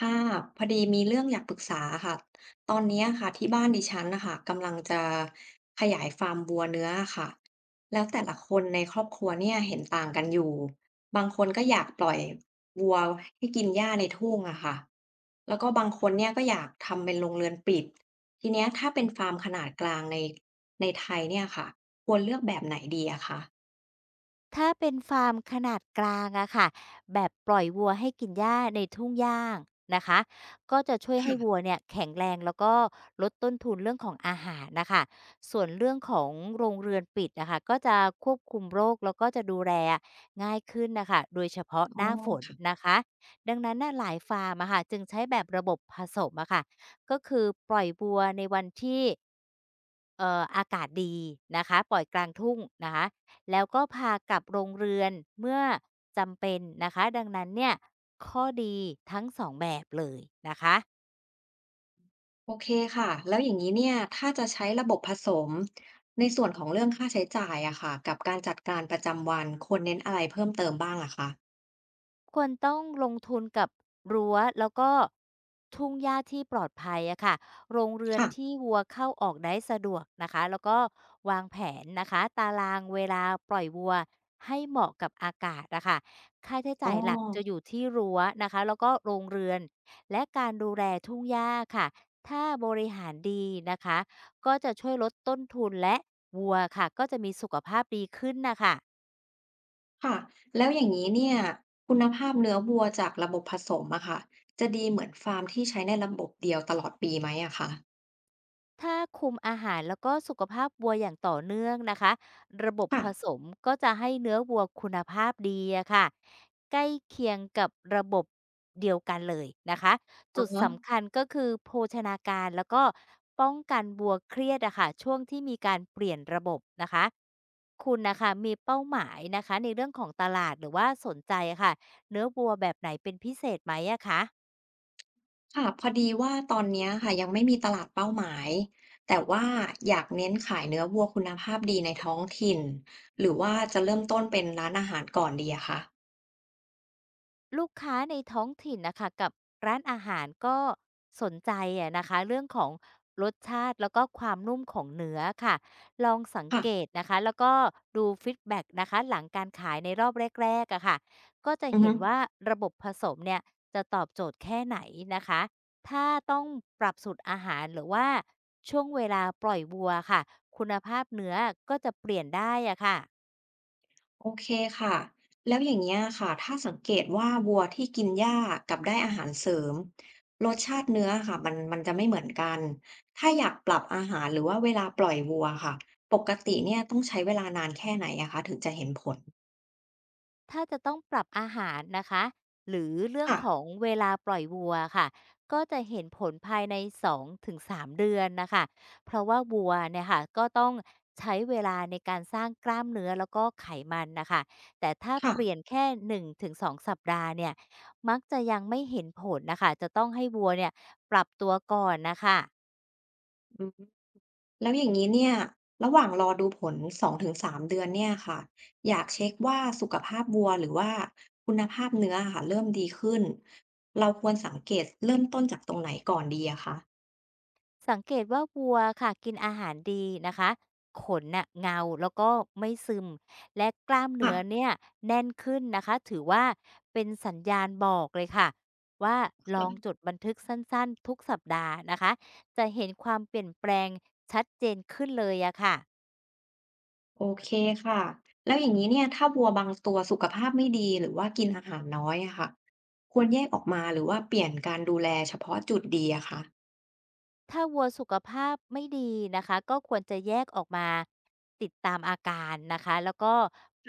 ค่ะพอดีมีเรื่องอยากปรึกษาค่ะตอนเนี้ยค่ะที่บ้านดิฉันนะคะกำลังจะขยายฟาร์มวัวเนื้อค่ะแล้วแต่ละคนในครอบครัวเนี่ยเห็นต่างกันอยู่บางคนก็อยากปล่อยวัวให้กินหญ้าในทุ่งอะค่ะแล้วก็บางคนเนี่ยก็อยากทำเป็นโรงเรือนปิดทีเนี้ยถ้าเป็นฟาร์มขนาดกลางในไทยเนี่ยค่ะควรเลือกแบบไหนดีอะคะถ้าเป็นฟาร์มขนาดกลางอะค่ะ แบบปล่อยวัวให้กินหญ้าในทุ่งหญ้านะคะก็จะช่วยให้วัวค่ะเนี่ยแข็งแรงแล้วก็ลดต้นทุนเรื่องของอาหารนะคะ ส่วนเรื่องของโรงเรือนปิดนะคะก็จะควบคุมโรคแล้วก็จะดูแลง่ายขึ้นนะคะ โดยเฉพาะหอ๋อ น้าฝนนะคะ ดังนั้นน่ะหลายฟาร์มอะค่ะจึงใช้แบบระบบผสมอะค่ะ ก็คือปล่อยวัวในวันที่อากาศดีนะคะปล่อยกลางทุ่งนะคะ แล้วก็พากลับโรงเรือนเมื่อจำเป็นนะคะดังนั้นเนี่ยข้อดีทั้งสองแบบเลยนะคะ โอเคค่ะ แล้วอย่างนี้เนี่ย ถ้าจะใช้ระบบผสมในส่วนของเรื่องค่าใช้จ่ายอะค่ะกับการจัดการประจำวันควรเน้นอะไรเพิ่มเติมบ้างอะคะควรต้องลงทุนกับรั้วแล้วก็ทุ่งหญ้าที่ปลอดภัยอะค่ะโรงเรือนค่ะที่วัวเข้าออกได้สะดวกนะคะแล้วก็วางแผนนะคะตารางเวลาปล่อยวัวให้เหมาะกับอากาศนะคะค่าใช้อ๋อจ่ายหลักจะอยู่ที่รั้วนะคะแล้วก็โรงเรือนและการดูแลทุ่งหญ้าค่ะถ้าบริหารดีนะคะก็จะช่วยลดต้นทุนและวัวค่ะก็จะมีสุขภาพดีขึ้นนะคะ ค่ะแล้วอย่างนี้เนี่ยคุณภาพเนื้อวัวจากระบบผสมอะค่ะจะดีเหมือนฟาร์มที่ใช้ในระบบเดียวตลอดปีไหมอะคะถ้าคุมอาหารแล้วก็สุขภาพวัวอย่างต่อเนื่องนะคะระบบค่ะผสมก็จะให้เนื้อวัวคุณภาพดีอะค่ะใกล้เคียงกับระบบเดียวกันเลยนะคะอ๋จุดอ สำคัญก็คือโภชนาการแล้วก็ป้องกันวัวเครียดอะค่ะช่วงที่มีการเปลี่ยนระบบนะคะคุณนะคะมีเป้าหมายนะคะในเรื่องของตลาดหรือว่าสนใจอะค่ะเนื้อวัวแบบไหนเป็นพิเศษไหมอะคะ ค่ะพอดีว่าตอนเนี้ยค่ะยังไม่มีตลาดเป้าหมายแต่ว่าอยากเน้นขายเนื้อวัวคุณภาพดีในท้องถิ่นหรือว่าจะเริ่มต้นเป็นร้านอาหารก่อนดีอะคะลูกค้าในท้องถิ่นนะคะกับร้านอาหารก็สนใจอะนะคะเรื่องของรสชาติแล้วก็ความนุ่มของเนื้อค่ะลองสังเกค่ะตนะคะแล้วก็ดูฟีดแบ็กนะคะหลังการขายในรอบแรกๆอะค่ะก็จะอือเห็ฮึนว่าระบบผสมเนี่ยจะตอบโจทย์แค่ไหนนะคะถ้าต้องปรับสูตรอาหารหรือว่าช่วงเวลาปล่อยวัวค่ะคุณภาพเนื้อก็จะเปลี่ยนได้อะค่ะ โอเคค่ะแล้วอย่างเงี้ยค่ะถ้าสังเกตว่าวัวที่กินหญ้ากับได้อาหารเสริมรสชาติเนื้อค่ะมันจะไม่เหมือนกันถ้าอยากปรับอาหารหรือว่าเวลาปล่อยวัวค่ะปกติเนี่ยต้องใช้เวลานานแค่ไหนอะคะถึงจะเห็นผลถ้าจะต้องปรับอาหารนะคะหรือเรื่องค่ะของเวลาปล่อยวัวค่ะก็จะเห็นผลภายใน2-3เดือนนะคะเพราะว่าวัวเนี่ยค่ะก็ต้องใช้เวลาในการสร้างกล้ามเนื้อแล้วก็ไขมันนะคะแต่ถ้าค่ะ เปลี่ยนแค่1-2สองสัปดาห์เนี่ยมักจะยังไม่เห็นผลนะคะจะต้องให้วัวเนี่ยปรับตัวก่อนนะคะ แล้วอย่างนี้เนี่ยระหว่างรอดูผล2-3เดือนเนี่ยค่ะอยากเช็คว่าสุขภาพวัวหรือว่าคุณภาพเนื้อค่ะเริ่มดีขึ้นเราควรสังเกตเริ่มต้นจากตรงไหนก่อนดีอะคะสังเกตว่าวัวค่ะกินอาหารดีนะคะขนน่ะเงาแล้วก็ไม่ซึมและกล้ามค่ะเนื้อเนี่ยแน่นขึ้นนะคะถือว่าเป็นสัญญาณบอกเลยค่ะว่าลองจค่ะดบันทึกสั้นๆทุกสัปดาห์นะคะจะเห็นความเปลี่ยนแปลงชัดเจนขึ้นเลยอะค่ะ โอเคค่ะแล้วอย่างนี้เนี่ยถ้าวัวบางตัวสุขภาพไม่ดีหรือว่ากินอาหารน้อยอะค่ะควรแยกออกมาหรือว่าเปลี่ยนการดูแลเฉพาะจุดดีอะคะถ้าวัวสุขภาพไม่ดีนะคะก็ควรจะแยกออกมาติดตามอาการนะคะแล้วก็ค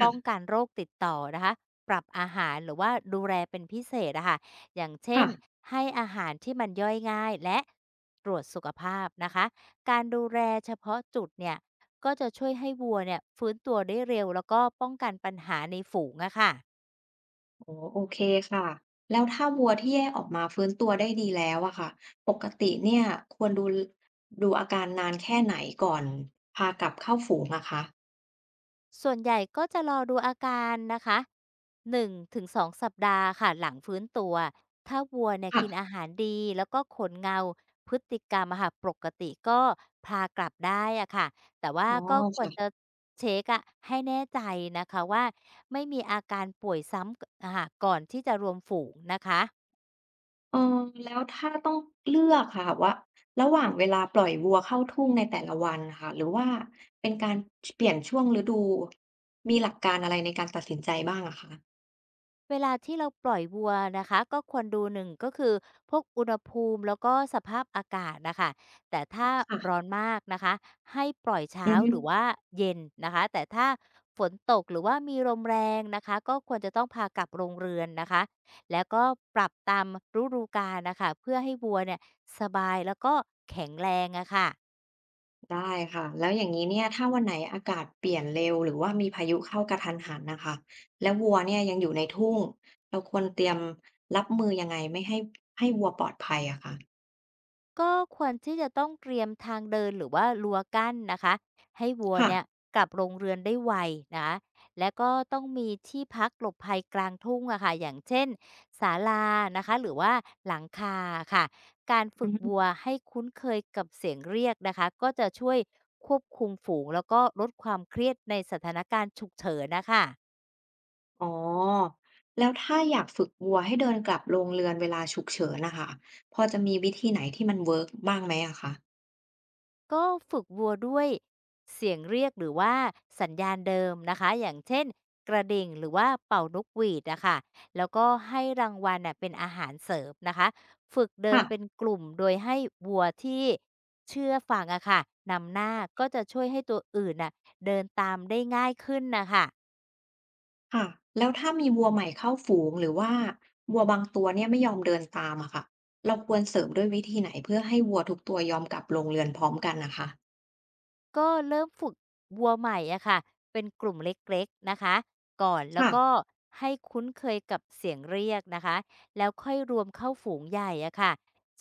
ป้อง่ะกันโรคติดต่อนะคะปรับอาหารหรือว่าดูแลเป็นพิเศษนะค่ะอย่างเช่นค่ะ ให้อาหารที่มันย่อยง่ายและตรวจสุขภาพนะคะการดูแลเฉพาะจุดเนี่ยก็จะช่วยให้วัวเนี่ยฟื้นตัวได้เร็วแล้วก็ป้องกันปัญหาในฝูงอะค่ะ อ๋อโอเคค่ะแล้วถ้าวัวที่แยกออกมาฟื้นตัวได้ดีแล้วอะค่ะปกติเนี่ยควรดูอาการนานแค่ไหนก่อนพากลับเข้าฝูงอะคะส่วนใหญ่ก็จะรอดูอาการนะคะ1ถึง2สัปดาห์ค่ะหลังฟื้นตัวถ้าวัวเนี่ยค่ะกินอาหารดีแล้วก็ขนเงาพฤติกรรมอะค่ะปกติก็พากลับได้อะค่ะแต่ว่าอ๋อก็ควรจะค่ะเช็กอะให้แน่ใจนะคะว่าไม่มีอาการป่วยซ้ำกอะค่ะก่อนที่จะรวมฝูงนะคะ เออแล้วถ้าต้องเลือกค่ะว่าระหว่างเวลาปล่อยวัวเข้าทุ่งในแต่ละวันค่ะหรือว่าเป็นการเปลี่ยนช่วงฤดูมีหลักการอะไรในการตัดสินใจบ้างอะคะเวลาที่เราปล่อยวัวนะคะก็ควรดูหนึ่งก็คือพวกอุณหภูมิแล้วก็สภาพอากาศนะคะแต่ถ้าร้อค่ะนมากนะคะให้ปล่อยเช้าอือฮึ หรือว่าเย็นนะคะแต่ถ้าฝนตกหรือว่ามีลมแรงนะคะก็ควรจะต้องพากลับโรงเรือนนะคะแล้วก็ปรับตามฤดูกาลนะคะเพื่อให้วัวเนี่ยสบายแล้วก็แข็งแรงอะค่ะ ได้ค่ะแล้วอย่างนี้เนี่ยถ้าวันไหนอากาศเปลี่ยนเร็วหรือว่ามีพายุเข้ากระทันหันนะคะแล้ววัวเนี่ยยังอยู่ในทุ่งเราควรเตรียมรับมือยังไงไม่ให้ให้วัวปลอดภัยอะคะก็ควรที่จะต้องเตรียมทางเดินหรือว่ารั้วกั้นนะคะให้วัวค่ะเนี่ยกลับโรงเรือนได้ไวนะและก็ต้องมีที่พักหลบภัยกลางทุ่งอะค่ะอย่างเช่นศาลานะคะหรือว่าหลังคาค่ะการฝึอืกวัวมให้คุ้นเคยกับเสียงเรียกนะคะก็จะช่วยควบคุมฝูงแล้วก็ลดความเครียดในสถานการณ์ฉุกเฉินนะคะ อ๋อแล้วถ้าอยากฝึกวัวให้เดินกลับโรงเรือนเวลาฉุกเฉินนะคะพอจะมีวิธีไหนที่มันเวิร์กบ้างไหมอะคะก็ฝึกวัวด้วยเสียงเรียกหรือว่าสัญญาณเดิมนะคะอย่างเช่นกระดิ่งหรือว่าเป่านกหวีดนะคะแล้วก็ให้รางวัลน่ะเป็นอาหารเสริมนะคะฝึกเดินค่ะ เป็นกลุ่มโดยให้วัวที่เชื่อฟังอะค่ะนำหน้าก็จะช่วยให้ตัวอื่นน่ะเดินตามได้ง่ายขึ้นนะคะ ค่ะแล้วถ้ามีวัวใหม่เข้าฝูงหรือว่าวัวบางตัวเนี่ยไม่ยอมเดินตามอะค่ะเราควรเสริมด้วยวิธีไหนเพื่อให้วัวทุกตัวยอมกลับลงเรือนพร้อมกันนะคะก็เริ่มฝึกวัวใหม่อะค่ะเป็นกลุ่มเล็กๆนะคะก่อนแล้วค่ะก็ให้คุ้นเคยกับเสียงเรียกนะคะแล้วค่อยรวมเข้าฝูงใหญ่อะค่ะ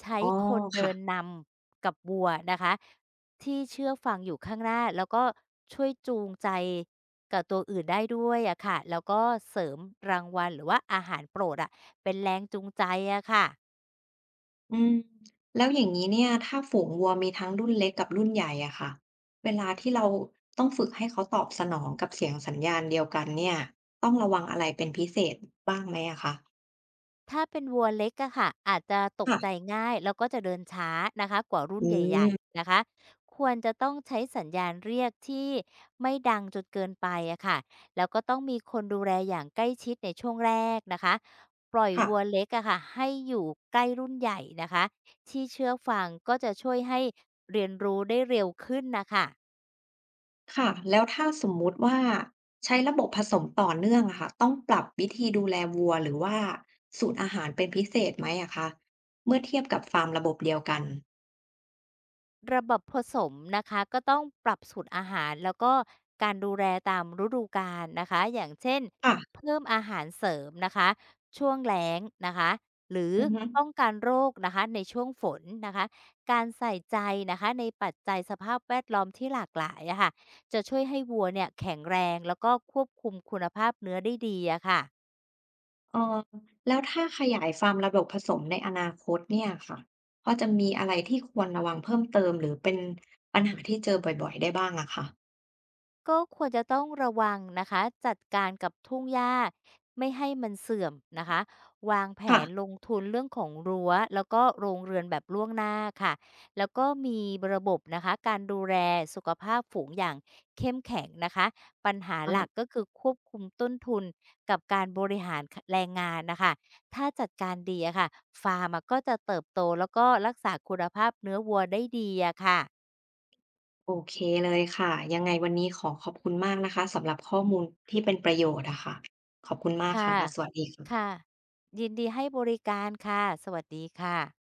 ใช้อ๋อคนเดิค่ะนนำกับวัวนะคะที่เชื่อฟังอยู่ข้างหน้าแล้วก็ช่วยจูงใจกับตัวอื่นได้ด้วยอะค่ะแล้วก็เสริมรางวัลหรือว่าอาหารโปรดอะเป็นแรงจูงใจอะค่ะ อืมแล้วอย่างนี้เนี่ยถ้าฝูงวัวมีทั้งรุ่นเล็กกับรุ่นใหญ่อะค่ะเวลาที่เราต้องฝึกให้เขาตอบสนองกับเสียงสัญญาณเดียวกันเนี่ยต้องระวังอะไรเป็นพิเศษบ้างไหมอะคะถ้าเป็นวัวเล็กอะค่ะอาจจะตกค่ะใจง่ายแล้วก็จะเดินช้านะคะกว่ารุ่นอืใหญ่มๆนะคะควรจะต้องใช้สัญญาณเรียกที่ไม่ดังจนเกินไปอะค่ะแล้วก็ต้องมีคนดูแลอย่างใกล้ชิดในช่วงแรกนะคะปล่อยค่ะ วัวเล็กอะค่ะให้อยู่ใกล้รุ่นใหญ่นะคะที่เชื่อฟังก็จะช่วยให้เรียนรู้ได้เร็วขึ้นนะคะ ค่ะแล้วถ้าสมมุติว่าใช้ระบบผสมต่อเนื่องอะค่ะต้องปรับวิธีดูแลวัวหรือว่าสูตรอาหารเป็นพิเศษไหมอะคะเมื่อเทียบกับฟาร์มระบบเดียวกันระบบผสมนะคะก็ต้องปรับสูตรอาหารแล้วก็การดูแลตามฤดูกาลนะคะอย่างเช่นค่ะเพิ่มอาหารเสริมนะคะช่วงแล้งนะคะหรืออือฮึป้องกันโรคนะคะในช่วงฝนนะคะการใส่ใจนะคะในปัจจัยสภาพแวดล้อมที่หลากหลายอะค่ะจะช่วยให้วัวเนี่ยแข็งแรงแล้วก็ควบคุมคุณภาพเนื้อได้ดีอะค่ะ เอ่อแล้วถ้าขยายฟาร์มระบบผสมในอนาคตเนี่ยค่ะพอจะมีอะไรที่ควรระวังเพิ่มเติมหรือเป็นปัญหาที่เจอบ่อยๆได้บ้างอะคะก็ควรจะต้องระวังนะคะจัดการกับทุ่งหญ้าไม่ให้มันเสื่อมนะคะวางแผค่ะนลงทุนเรื่องของรั้วแล้วก็โรงเรือนแบบล่วงหน้าค่ะแล้วก็มีระบบนะคะการดูแลสุขภาพฝูงอย่างเข้มแข็งนะคะปัญหาหลัอากก็คือควบคุมต้นทุนกับการบริหารแรงงานนะคะถ้าจัดการดีอะค่ะฟาร์มอะก็จะเติบโตแล้วก็รักษาคุณภาพเนื้อวัวได้ดีอะค่ะ โอเคเลยค่ะยังไงวันนี้ขอขอบคุณมากนะคะสำหรับข้อมูลที่เป็นประโยชน์อะค่ะขอบคุณมากค่ะค่ะ สวัสดีค่ะ ค่ะยินดีให้บริการค่ะ สวัสดีค่ะ